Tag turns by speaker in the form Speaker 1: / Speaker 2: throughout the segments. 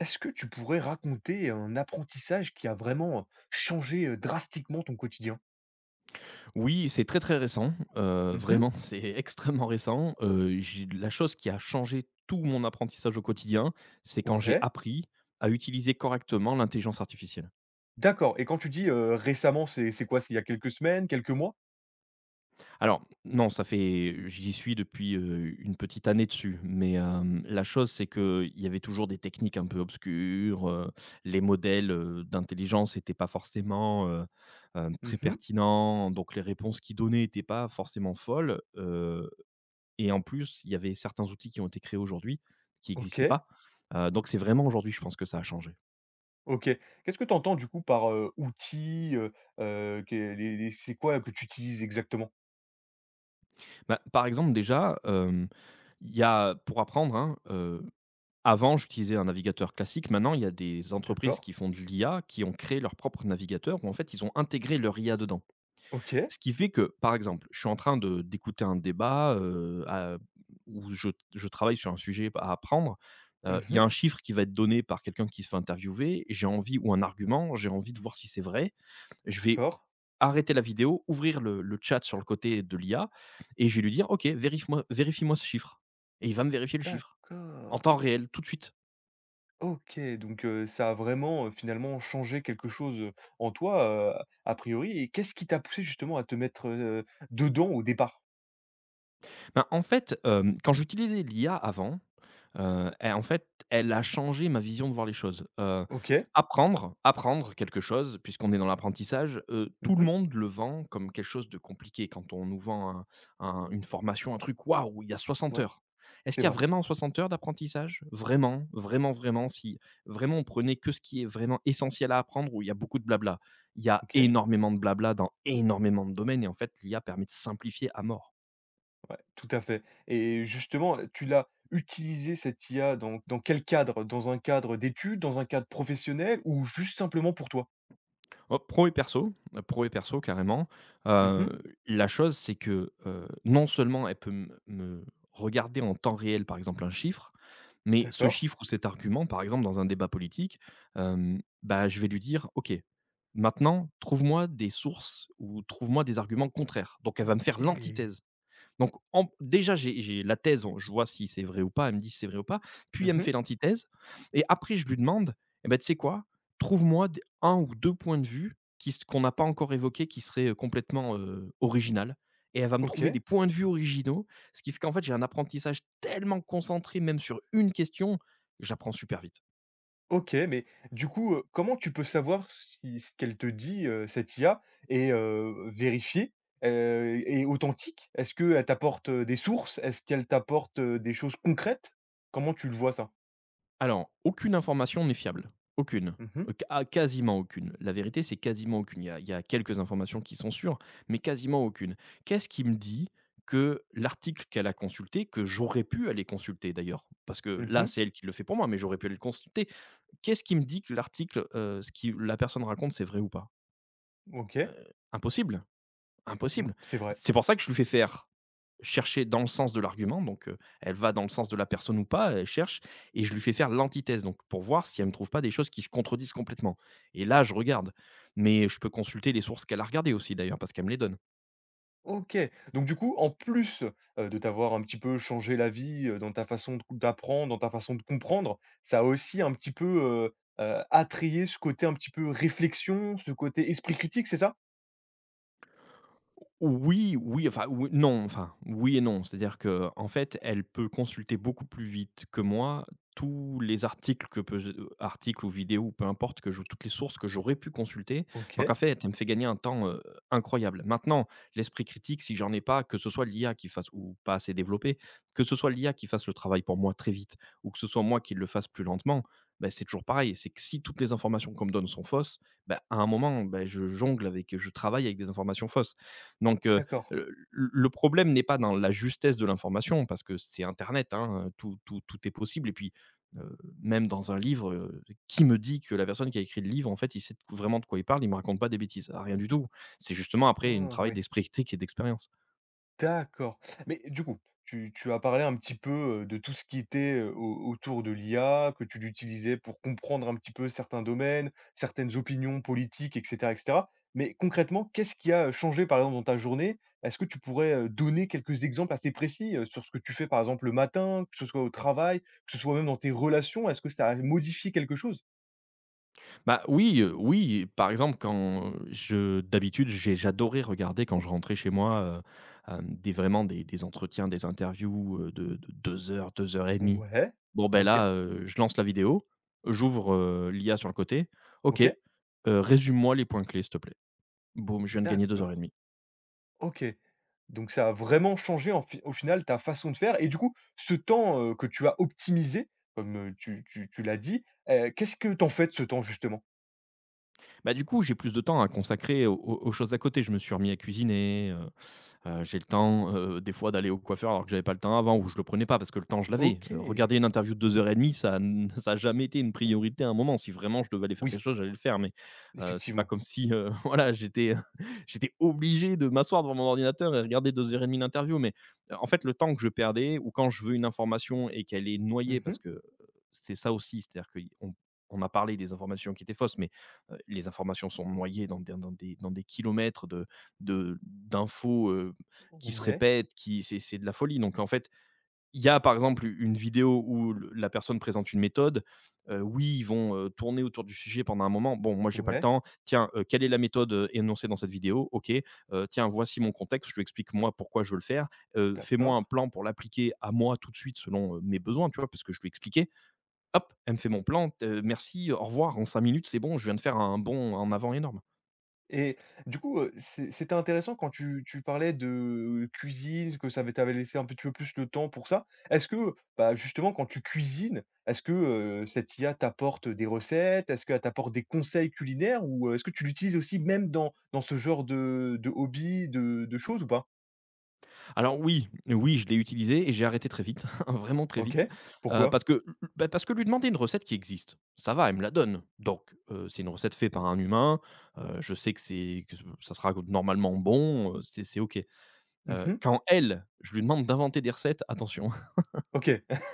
Speaker 1: Est-ce que tu pourrais raconter un apprentissage qui a changé, drastiquement ton quotidien?
Speaker 2: Oui, c'est très, très récent,
Speaker 1: Mmh.
Speaker 2: vraiment, c'est extrêmement récent. J'ai la chose qui a changé tout mon apprentissage au quotidien, c'est quand j'ai
Speaker 1: Ouais,
Speaker 2: appris à utiliser correctement l'intelligence artificielle.
Speaker 1: d'accord. Et quand tu dis, récemment, c'est quoi? C'est il y a quelques semaines, quelques mois?
Speaker 2: Alors non, ça fait j'y suis depuis, une petite année dessus, mais, la chose c'est qu'il y avait toujours des techniques un peu obscures. Les modèles, d'intelligence n'étaient pas forcément, très
Speaker 1: Mmh.
Speaker 2: pertinents, donc les réponses qu'ils donnaient n'étaient pas forcément folles. Et en plus, il y avait certains outils qui ont été créés aujourd'hui qui n'existaient
Speaker 1: OK.
Speaker 2: pas. Donc c'est vraiment aujourd'hui, je pense, que ça a changé.
Speaker 1: OK. Qu'est-ce que tu entends du coup par, outil, que les c'est quoi que tu utilises exactement?
Speaker 2: Bah, par exemple, déjà, il y a pour apprendre, hein. Avant, j'utilisais un navigateur classique, maintenant il y a des entreprises
Speaker 1: D'accord.
Speaker 2: qui font de l'IA, qui ont créé leur propre navigateur où en fait, ils ont intégré leur IA dedans.
Speaker 1: OK.
Speaker 2: Ce qui fait que, par exemple, je suis en train de d'écouter un débat, à où je travaille sur un sujet à apprendre, il y a
Speaker 1: Mmh.
Speaker 2: un chiffre qui va être donné par quelqu'un qui se fait interviewer, j'ai envie, ou un argument, j'ai envie de voir si c'est vrai. Je vais
Speaker 1: D'accord.
Speaker 2: arrêter la vidéo, ouvrir le chat sur le côté de l'IA et je vais lui dire: «OK, vérifie-moi ce chiffre», et il va me vérifier le chiffre en
Speaker 1: D'accord.
Speaker 2: temps réel, tout de suite.
Speaker 1: OK, donc ça a vraiment, finalement changé quelque chose, en toi, a priori. Et qu'est-ce qui t'a poussé justement à te mettre, dedans au départ?
Speaker 2: Ben, en fait, quand j'utilisais l'IA avant, et en fait, elle a changé ma vision de voir les choses.
Speaker 1: OK.
Speaker 2: Apprendre quelque chose, puisqu'on est dans l'apprentissage, tout le
Speaker 1: Mmh.
Speaker 2: monde le vend comme quelque chose de compliqué. Quand on nous vend un une formation, un truc, waouh, il y a soixante
Speaker 1: Ouais,
Speaker 2: heures. Est-ce
Speaker 1: c'est
Speaker 2: qu'il y a
Speaker 1: vrai.
Speaker 2: vraiment 60 heures d'apprentissage? Vraiment, vraiment, vraiment, si vraiment on prenait que ce qui est vraiment essentiel à apprendre, où il y a beaucoup de blabla. Il y a
Speaker 1: OK.
Speaker 2: énormément de blabla dans énormément de domaines, et en fait, l'IA permet de simplifier à mort.
Speaker 1: Ouais, tout à fait. Et justement, tu l'as utilisé cette IA dans quel cadre? Dans un cadre d'études, dans un cadre professionnel, ou juste simplement pour toi?
Speaker 2: Oh, pro et perso carrément. Heu,
Speaker 1: Mmh.
Speaker 2: la chose c'est que, non seulement elle peut me regarder en temps réel, par exemple, un chiffre, mais ce
Speaker 1: D'accord.
Speaker 2: chiffre ou cet argument, par exemple, dans un débat politique, bah, je vais lui dire: «OK, maintenant trouve-moi des sources ou trouve-moi des arguments contraires». Donc elle va me faire
Speaker 1: OK.
Speaker 2: l'antithèse. Donc en Déjà, j'ai la thèse, on je vois si c'est vrai ou pas, elle me dit si c'est vrai ou pas, puis elle me
Speaker 1: Mmh.
Speaker 2: fait l'antithèse, et après je lui demande: «Eh ben tu sais quoi? Trouve-moi d 1 ou 2 points de vue qui s qu'on n'a pas encore évoqués, qui seraient, complètement, original». Et elle va me trouver
Speaker 1: OK.
Speaker 2: des points de vue originaux, ce qui fait qu'en fait, j'ai un apprentissage tellement concentré même sur une question, que j'apprends super vite.
Speaker 1: OK, mais du coup, comment tu peux savoir si ce qu'elle te dit, cette IA est, vérifiée, est authentique? Est-ce qu'elle t'apporte, des sources? Est-ce qu'elle t'apporte, des choses concrètes? Comment tu le vois ça?
Speaker 2: Alors, aucune information n'est fiable. Aucune.
Speaker 1: Mmh mh.
Speaker 2: Quasiment aucune. La vérité, c'est quasiment aucune. Il y a quelques informations qui sont sûres, mais quasiment aucune. Qu'est-ce qui me dit que l'article qu'elle a consulté, que j'aurais pu aller consulter d'ailleurs, parce que là,
Speaker 1: Mmh.
Speaker 2: c'est elle qui le fait pour moi, mais j'aurais pu aller le consulter. Qu'est-ce qui me dit que l'article, ce que la personne raconte, c'est vrai ou pas?
Speaker 1: OK.
Speaker 2: Impossible,
Speaker 1: Mmh,
Speaker 2: impossible.
Speaker 1: c'est vrai.
Speaker 2: C'est pour ça que je lui fais faire. Chercher dans le sens de l'argument, donc elle va dans le sens de la personne ou pas, elle cherche, et je lui fais faire l'antithèse, donc pour voir si elle me trouve pas des choses qui se contredisent complètement, et là, je regarde, mais je peux consulter les sources qu'elle a regardées aussi d'ailleurs, parce qu'elle me les donne.
Speaker 1: OK. Donc du coup, en plus, de t'avoir un petit peu changé la vie, dans ta façon de d'apprendre, dans ta façon de comprendre, ça a aussi un petit peu, attrayé ce côté un petit peu réflexion, ce côté esprit critique, c'est ça?
Speaker 2: Oui, oui, enfin, oui, non, enfin, oui et non. C'est-à-dire que en fait, elle peut consulter beaucoup plus vite que moi tous les articles que peut je articles ou vidéos, peu importe, que je toutes les sources que j'aurais pu consulter. Donc en
Speaker 1: OK,
Speaker 2: fait, elle me fait gagner un temps, incroyable. Maintenant, l'esprit critique, si j'en ai pas, que ce soit l'IA qui fasse ou pas assez développée, que ce soit l'IA qui fasse le travail pour moi très vite, ou que ce soit moi qui le fasse plus lentement, ben c'est toujours pareil. C'est que si toutes les informations qu'on me donne sont fausses, ben à un moment, ben je jongle avec, je travaille avec des informations fausses. Donc, euh,
Speaker 1: d'accord.
Speaker 2: le problème n'est pas dans la justesse de l'information, parce que c'est Internet, hein, tout est possible. Et puis, euh, même dans un livre, qui me dit que la personne qui a écrit le livre, en fait, il sait vraiment de quoi il parle, il me raconte pas des bêtises. Ah, rien du tout. C'est justement après un
Speaker 1: Ah
Speaker 2: travail
Speaker 1: ouais,
Speaker 2: d'esprit critique et d'expérience.
Speaker 1: d'accord. Mais du coup, tu as parlé un petit peu de tout ce qui était autour de l'IA, que tu l'utilisais pour comprendre un petit peu certains domaines, certaines opinions politiques, etc., etc. Mais concrètement, qu'est-ce qui a changé, par exemple, dans ta journée? Est-ce que tu pourrais donner quelques exemples assez précis sur ce que tu fais, par exemple, le matin, que ce soit au travail, que ce soit même dans tes relations? Est-ce que ça a modifié quelque chose?
Speaker 2: Bah, oui, oui, par exemple, quand je d'habitude, j'adorais regarder quand je rentrais chez moi, des vraiment des entretiens, des interviews, de 2 heures, 2 heures et demie.
Speaker 1: Ouais,
Speaker 2: Bon, ben
Speaker 1: ok,
Speaker 2: là, je lance la vidéo, j'ouvre, l'IA sur le côté: «OK,
Speaker 1: ok,
Speaker 2: résume-moi les points clés, s'il te plaît». Boum, je viens de gagner 2 heures et
Speaker 1: d'accord.
Speaker 2: demie.
Speaker 1: OK. Donc ça a vraiment changé en fi au final ta façon de faire. Et du coup, ce temps, que tu as optimisé, comme, tu l'as dit, qu'est-ce que t'en fais de ce temps justement?
Speaker 2: Bah, du coup, j'ai plus de temps à consacrer aux aux choses à côté. Je me suis remis à cuisiner. J'ai le temps, des fois, d'aller au coiffeur, alors que j'avais pas le temps avant, ou je le prenais pas, parce que le temps je l'avais.
Speaker 1: OK.
Speaker 2: Regarder une interview de 2 heures et demie, ça n ça a jamais été une priorité à un moment. Si vraiment je devais aller faire
Speaker 1: Oui,
Speaker 2: quelque chose, j'allais le faire, mais, c'est pas
Speaker 1: effectivement.
Speaker 2: comme si, voilà, j'étais obligé de m'asseoir devant mon ordinateur et regarder 2 heures et demie d'interview. Mais, en fait, le temps que je perdais, ou quand je veux une information et qu'elle est noyée parce
Speaker 1: Mmh.
Speaker 2: que, c'est ça aussi, c'est-à-dire qu'on, on a parlé des informations qui étaient fausses, mais, les informations sont noyées dans des kilomètres de d'infos, qui se
Speaker 1: Ouais,
Speaker 2: répètent, qui c'est de la folie. Donc en fait, il y a par exemple une vidéo où le la personne présente une méthode. Oui, ils vont, tourner autour du sujet pendant un moment. Bon, moi, j'ai pas le
Speaker 1: ouais,
Speaker 2: temps. Tiens, quelle est la méthode, énoncée dans cette vidéo? OK. Tiens, voici mon contexte, je lui explique moi pourquoi je veux le faire. Fais-moi
Speaker 1: d'accord.
Speaker 2: un plan pour l'appliquer à moi tout de suite selon, mes besoins, tu vois? Parce que je lui ai expliqué. Hop, elle me fait mon plan, t merci, au revoir, en 5 minutes, c'est bon, je viens de faire un bond en avant énorme.
Speaker 1: Et du coup, c'était intéressant quand tu parlais de cuisine, que ça avait t'avait laissé un petit peu plus le temps pour ça. Est-ce que, bah, justement quand tu cuisines, est-ce que, cette IA t'apporte des recettes? Est-ce qu'elle t'apporte des conseils culinaires? Ou, est-ce que tu l'utilises aussi même dans ce genre de hobby, de choses ou pas?
Speaker 2: Alors oui, oui, je l'ai utilisé et j'ai arrêté très vite, vraiment très vite.
Speaker 1: OK. Pourquoi?
Speaker 2: Parce que, bah, parce que lui demander une recette qui existe, ça va, elle me la donne. Donc, c'est une recette faite par un humain, je sais que c'est que ça sera normalement bon, c'est OK.
Speaker 1: Mmh.
Speaker 2: Quand je lui demande d'inventer des recettes, attention,
Speaker 1: OK.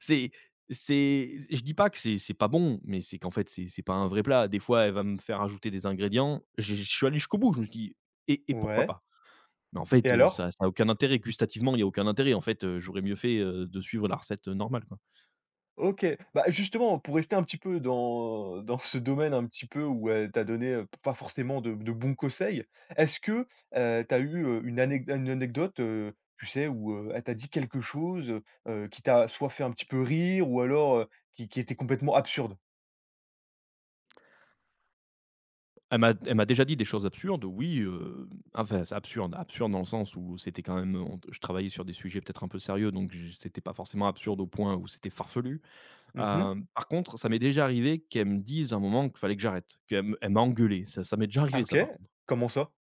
Speaker 2: c'est c'est je dis pas que c'est pas bon, mais c'est qu'en fait, c'est pas un vrai plat. Des fois, elle va me faire ajouter des ingrédients, j'ai je suis allé jusqu'au bout, je me suis dit: «Et pourquoi
Speaker 1: Ouais.
Speaker 2: pas?» Mais en
Speaker 1: Et
Speaker 2: fait,
Speaker 1: alors?
Speaker 2: ça a aucun intérêt. Gustativement, il y a aucun intérêt. En fait, j'aurais mieux fait, de suivre la recette, normale, quoi.
Speaker 1: OK. Bah, justement, pour rester un petit peu dans ce domaine un petit peu où, tu as donné, pas forcément de bons conseils, est-ce que, tu as eu, une anecdote, tu sais, où, elle t'a dit quelque chose, qui t'a soit fait un petit peu rire ou alors, qui était complètement absurde?
Speaker 2: Elle m'a déjà dit des choses absurdes, oui, enfin, c'est absurde, absurde dans le sens où c'était quand même, on je travaillais sur des sujets peut-être un peu sérieux, donc j c'était pas forcément absurde au point où c'était farfelu.
Speaker 1: Mmh.
Speaker 2: Par contre, ça m'est déjà arrivé qu'elle me dise à un moment qu'il fallait que j'arrête, qu'elle me elle m'a engueulé. Ça m'est déjà
Speaker 1: Ah
Speaker 2: arrivé
Speaker 1: OK.
Speaker 2: ça, par contre.
Speaker 1: Comment ça?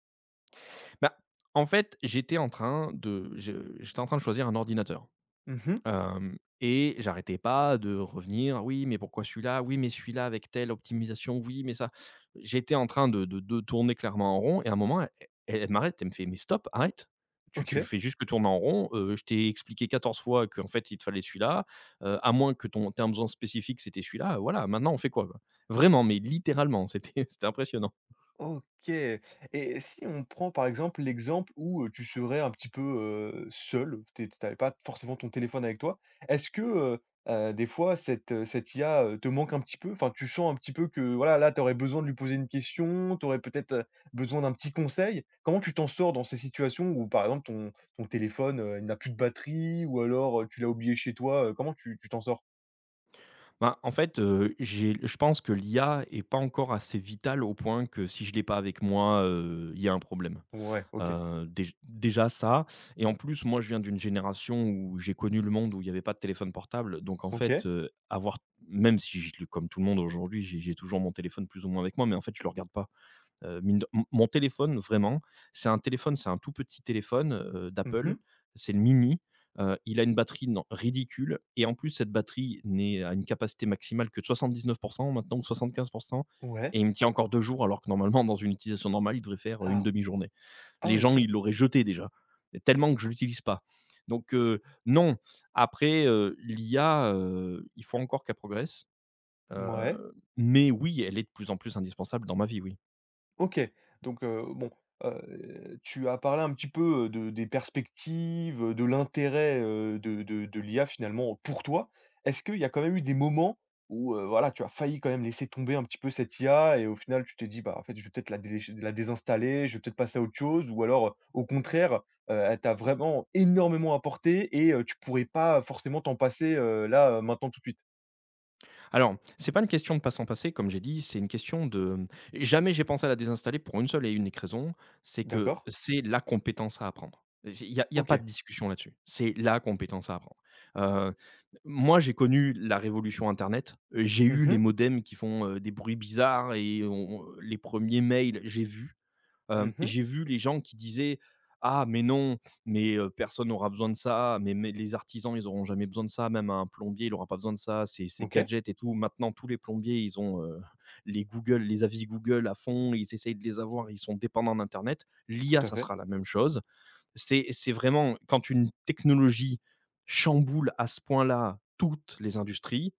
Speaker 2: Bah, en fait, j'étais en train de choisir un ordinateur,
Speaker 1: Mmh.
Speaker 2: hem et j'arrêtais pas de revenir: «Oui, mais pourquoi celui-là? Oui, mais celui-là avec telle optimisation, oui, mais ça». J'étais en train de tourner clairement en rond, et à un moment, e elle m'arrête, elle me fait: «Mais stop, arrête! Tu
Speaker 1: OK.
Speaker 2: fais juste que tourner en rond, je t'ai expliqué 14 fois qu'en fait, il te fallait celui-là, à moins que ton tu un besoin spécifique, c'était celui-là, voilà, maintenant on fait quoi, quoi?» Vraiment, mais littéralement, c'était c'était impressionnant.
Speaker 1: OK, et si on prend, par exemple, l'exemple où, tu serais un petit peu, seul, tu pas forcément ton téléphone avec toi, est-ce que, des fois cette, cette IA, te manque un petit peu? Enfin, tu sens un petit peu que, voilà, là, tu aurais besoin de lui poser une question, tu aurais peut-être, besoin d'un petit conseil? Comment tu t'en sors dans ces situations où, par exemple, ton téléphone, il n'a plus de batterie, ou alors, tu l'as oublié chez toi, comment tu t'en sors?
Speaker 2: Ben, en fait, j'ai je pense que l'IA est pas encore assez vitale au point que si je l'ai pas avec moi, il y a un problème.
Speaker 1: Ouais, OK.
Speaker 2: Déjà ça, et en plus, moi, je viens d'une génération où j'ai connu le monde où il y avait pas de téléphone portable. Donc en fait,
Speaker 1: OK.
Speaker 2: avoir même si je le comme tout le monde aujourd'hui, j'ai toujours mon téléphone plus ou moins avec moi, mais en fait, je le regarde pas. Mine de mon téléphone vraiment, c'est un téléphone, c'est un tout petit téléphone, d'Apple,
Speaker 1: Mmh.
Speaker 2: c'est le mini, il a une batterie non ridicule et en plus cette batterie n'est à une capacité maximale que de 79 maintenant ou 75,
Speaker 1: Ouais.
Speaker 2: et il me tient encore 2 jours alors que normalement dans une utilisation normale, il devrait faire, une
Speaker 1: Ah
Speaker 2: demi-journée.
Speaker 1: ah
Speaker 2: Les
Speaker 1: oui,
Speaker 2: gens,
Speaker 1: OK.
Speaker 2: ils l'auraient jeté déjà, tellement que je l'utilise pas. Donc non, après, l'IA, il faut encore qu'elle progresse,
Speaker 1: Ouais.
Speaker 2: mais oui, elle est de plus en plus indispensable dans ma vie, oui.
Speaker 1: OK, donc bon, tu as parlé un petit peu, de des perspectives, de l'intérêt, de l'IA finalement pour toi. Est-ce qu'il y a quand même eu des moments où, voilà, tu as failli quand même laisser tomber un petit peu cette IA et au final tu t'es dit: «Bah, en fait, je vais peut-être la désinstaller, je vais peut-être passer à autre chose», ou alors, au contraire, elle t'a vraiment énormément apporté et tu pourrais pas forcément t'en passer, là, maintenant tout de suite?
Speaker 2: Alors, c'est pas une question de pas s'en passer, comme j'ai dit, c'est une question de jamais j'ai pensé à la désinstaller pour une seule et unique raison, c'est que
Speaker 1: D'accord.
Speaker 2: c'est la compétence à apprendre. Il y a y a pas
Speaker 1: OK.
Speaker 2: de discussion là-dessus. C'est la compétence à apprendre. Heu, Moi, j'ai connu la révolution internet, j'ai
Speaker 1: Mmh
Speaker 2: eu les
Speaker 1: mh.
Speaker 2: modems qui font, des bruits bizarres, et on les premiers mails, j'ai vu.
Speaker 1: Mmh.
Speaker 2: J'ai vu les gens qui disaient: «Ah mais non, mais personne n'aura besoin de ça, mais les artisans, ils n'auront jamais besoin de ça, même un plombier, il n'aura pas besoin de ça, c'est
Speaker 1: OK,
Speaker 2: gadget et tout». Maintenant tous les plombiers, ils ont, les Google, les avis Google à fond, ils essayent de les avoir, ils sont dépendants d'internet. L'IA,
Speaker 1: tout à
Speaker 2: ça
Speaker 1: fait.
Speaker 2: sera la même chose. C'est vraiment quand une technologie chamboule à ce point-là toutes les industries,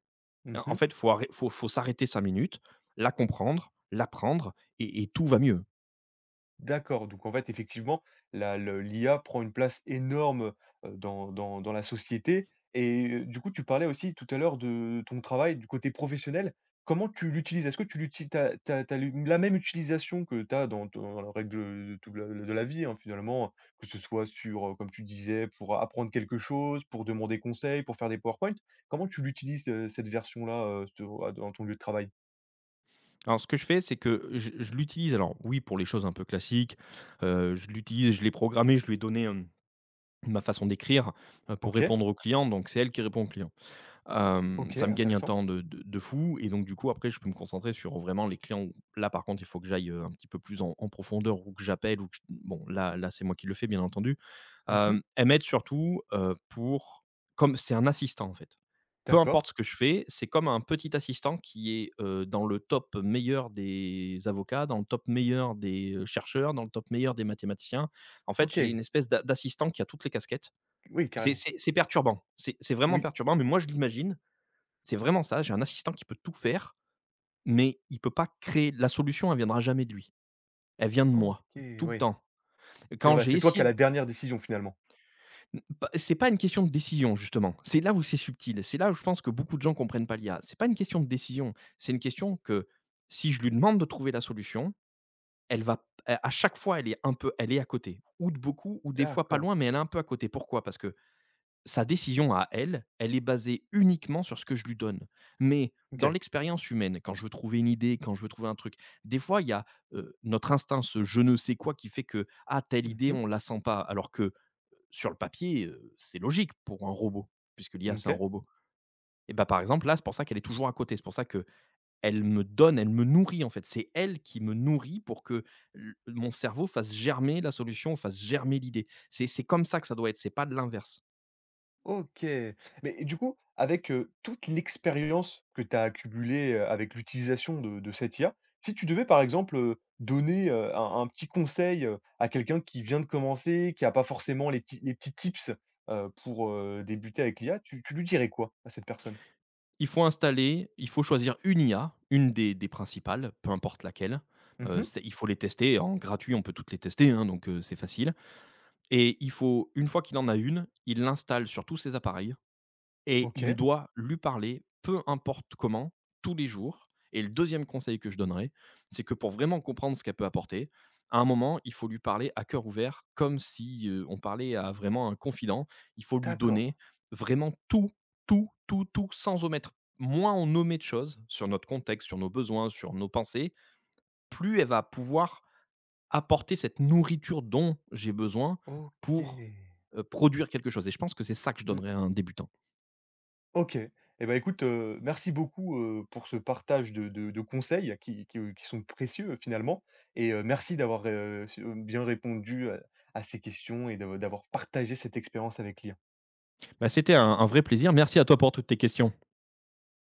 Speaker 2: en
Speaker 1: Mmh.
Speaker 2: fait, il faut arrê faut faut s'arrêter 5 minutes, la comprendre, l'apprendre, et tout va mieux.
Speaker 1: D'accord, donc en fait, effectivement, la le l'IA prend une place énorme, dans la société. Et du coup, tu parlais aussi tout à l'heure de ton travail du côté professionnel. Comment tu l'utilises? Est-ce que tu l'utilises t'as as tu lu la même utilisation que tu as dans dans la règle, de tout la de la vie, hein, finalement, que ce soit sur, comme tu disais, pour apprendre quelque chose, pour demander conseil, pour faire des PowerPoint? Comment tu l'utilises, cette version-là, sur, dans ton lieu de travail?
Speaker 2: Alors ce que je fais, c'est que je l'utilise, alors oui, pour les choses un peu classiques, je l'utilise, je l'ai programmé, je lui ai donné, ma façon d'écrire, pour
Speaker 1: OK,
Speaker 2: répondre aux clients, donc c'est elle qui répond aux clients.
Speaker 1: OK,
Speaker 2: Ça me gagne un
Speaker 1: intéressant.
Speaker 2: temps de fou et donc du coup, après, je peux me concentrer sur vraiment les clients où là, par contre, il faut que j'aille, un petit peu plus en profondeur, ou que j'appelle, ou que je bon, là, c'est moi qui le fais, bien entendu.
Speaker 1: Mmh.
Speaker 2: Elle m'aide surtout, pour comme c'est un assistant, en fait. Peu
Speaker 1: D'accord.
Speaker 2: importe ce que je fais, c'est comme un petit assistant qui est, dans le top meilleur des avocats, dans le top meilleur des, chercheurs, dans le top meilleur des mathématiciens. En fait, j'ai une
Speaker 1: OK,
Speaker 2: espèce d'assistant qui a toutes les casquettes.
Speaker 1: oui,
Speaker 2: C'est
Speaker 1: carrément.
Speaker 2: c'est c'est perturbant. C'est vraiment
Speaker 1: Oui,
Speaker 2: perturbant, mais moi, je l'imagine c'est vraiment ça, j'ai un assistant qui peut tout faire, mais il peut pas créer la solution, elle viendra jamais de lui. Elle vient de
Speaker 1: OK,
Speaker 2: moi, tout le
Speaker 1: oui,
Speaker 2: temps.
Speaker 1: c'est
Speaker 2: Quand
Speaker 1: vrai,
Speaker 2: j'ai
Speaker 1: c'est toi qui
Speaker 2: essayé
Speaker 1: as
Speaker 2: d
Speaker 1: la dernière décision finalement.
Speaker 2: n pas c'est pas une question de décision justement, c'est là où c'est subtil, c'est là où je pense que beaucoup de gens comprennent pas l'IA. C'est pas une question de décision, c'est une question que si je lui demande de trouver la solution, elle va à chaque fois, elle est un peu, elle est à côté, ou de beaucoup, ou des fois pas
Speaker 1: D'accord,
Speaker 2: loin, mais elle est un peu à côté. Pourquoi? Parce que sa décision à elle, elle est basée uniquement sur ce que je lui donne. Mais dans
Speaker 1: OK.
Speaker 2: l'expérience humaine, quand je veux trouver une idée, quand je veux trouver un truc, des fois, il y a, notre instinct, ce je ne sais quoi qui fait que: «Ah, telle idée,
Speaker 1: Mmh.
Speaker 2: on la sent pas», alors que, sur le papier, c'est logique pour un robot, puisque l'IA, c'est un
Speaker 1: OK.
Speaker 2: robot. Et bah, par exemple, là, c'est pour ça qu'elle est toujours à côté. C'est pour ça que elle me donne, elle me nourrit, en fait. C'est elle qui me nourrit pour que l mon cerveau fasse germer la solution, fasse germer l'idée. C'est comme ça que ça doit être, c'est pas de l'inverse.
Speaker 1: OK. Mais du coup, avec, toute l'expérience que tu as accumulée, avec l'utilisation de cette IA, si tu devais par exemple, donner, un petit conseil, à quelqu'un qui vient de commencer, qui n'a pas forcément les petits tips, pour, débuter avec l'IA, tu lui dirais quoi à cette personne?
Speaker 2: Il faut installer, il faut choisir une IA, une des principales, peu importe laquelle.
Speaker 1: Mmh.
Speaker 2: C'est il faut les tester en gratuit, on peut toutes les tester, hein, donc c'est facile, et il faut une fois qu'il en a une, il l'installe sur tous ses appareils et il
Speaker 1: OK,
Speaker 2: doit lui parler, peu importe comment, tous les jours. Et le deuxième conseil que je donnerais, c'est que pour vraiment comprendre ce qu'elle peut apporter, à un moment, il faut lui parler à cœur ouvert, comme si, on parlait à vraiment un confident. Il faut lui
Speaker 1: d'accord.
Speaker 2: donner vraiment tout, tout, tout, tout, sans omettre. Moins on omet de choses sur notre contexte, sur nos besoins, sur nos pensées, plus elle va pouvoir apporter cette nourriture dont j'ai besoin
Speaker 1: OK.
Speaker 2: pour, produire quelque chose, et je pense que c'est ça que je
Speaker 1: Mmh.
Speaker 2: donnerais à un débutant.
Speaker 1: OK. Eh ben écoute, merci beaucoup, pour ce partage de conseils qui qui sont précieux finalement, et merci d'avoir, su bien répondu à ces questions, et de d'avoir partagé cette expérience avec l'IA.
Speaker 2: Bah, c'était un vrai plaisir. Merci à toi pour toutes tes questions.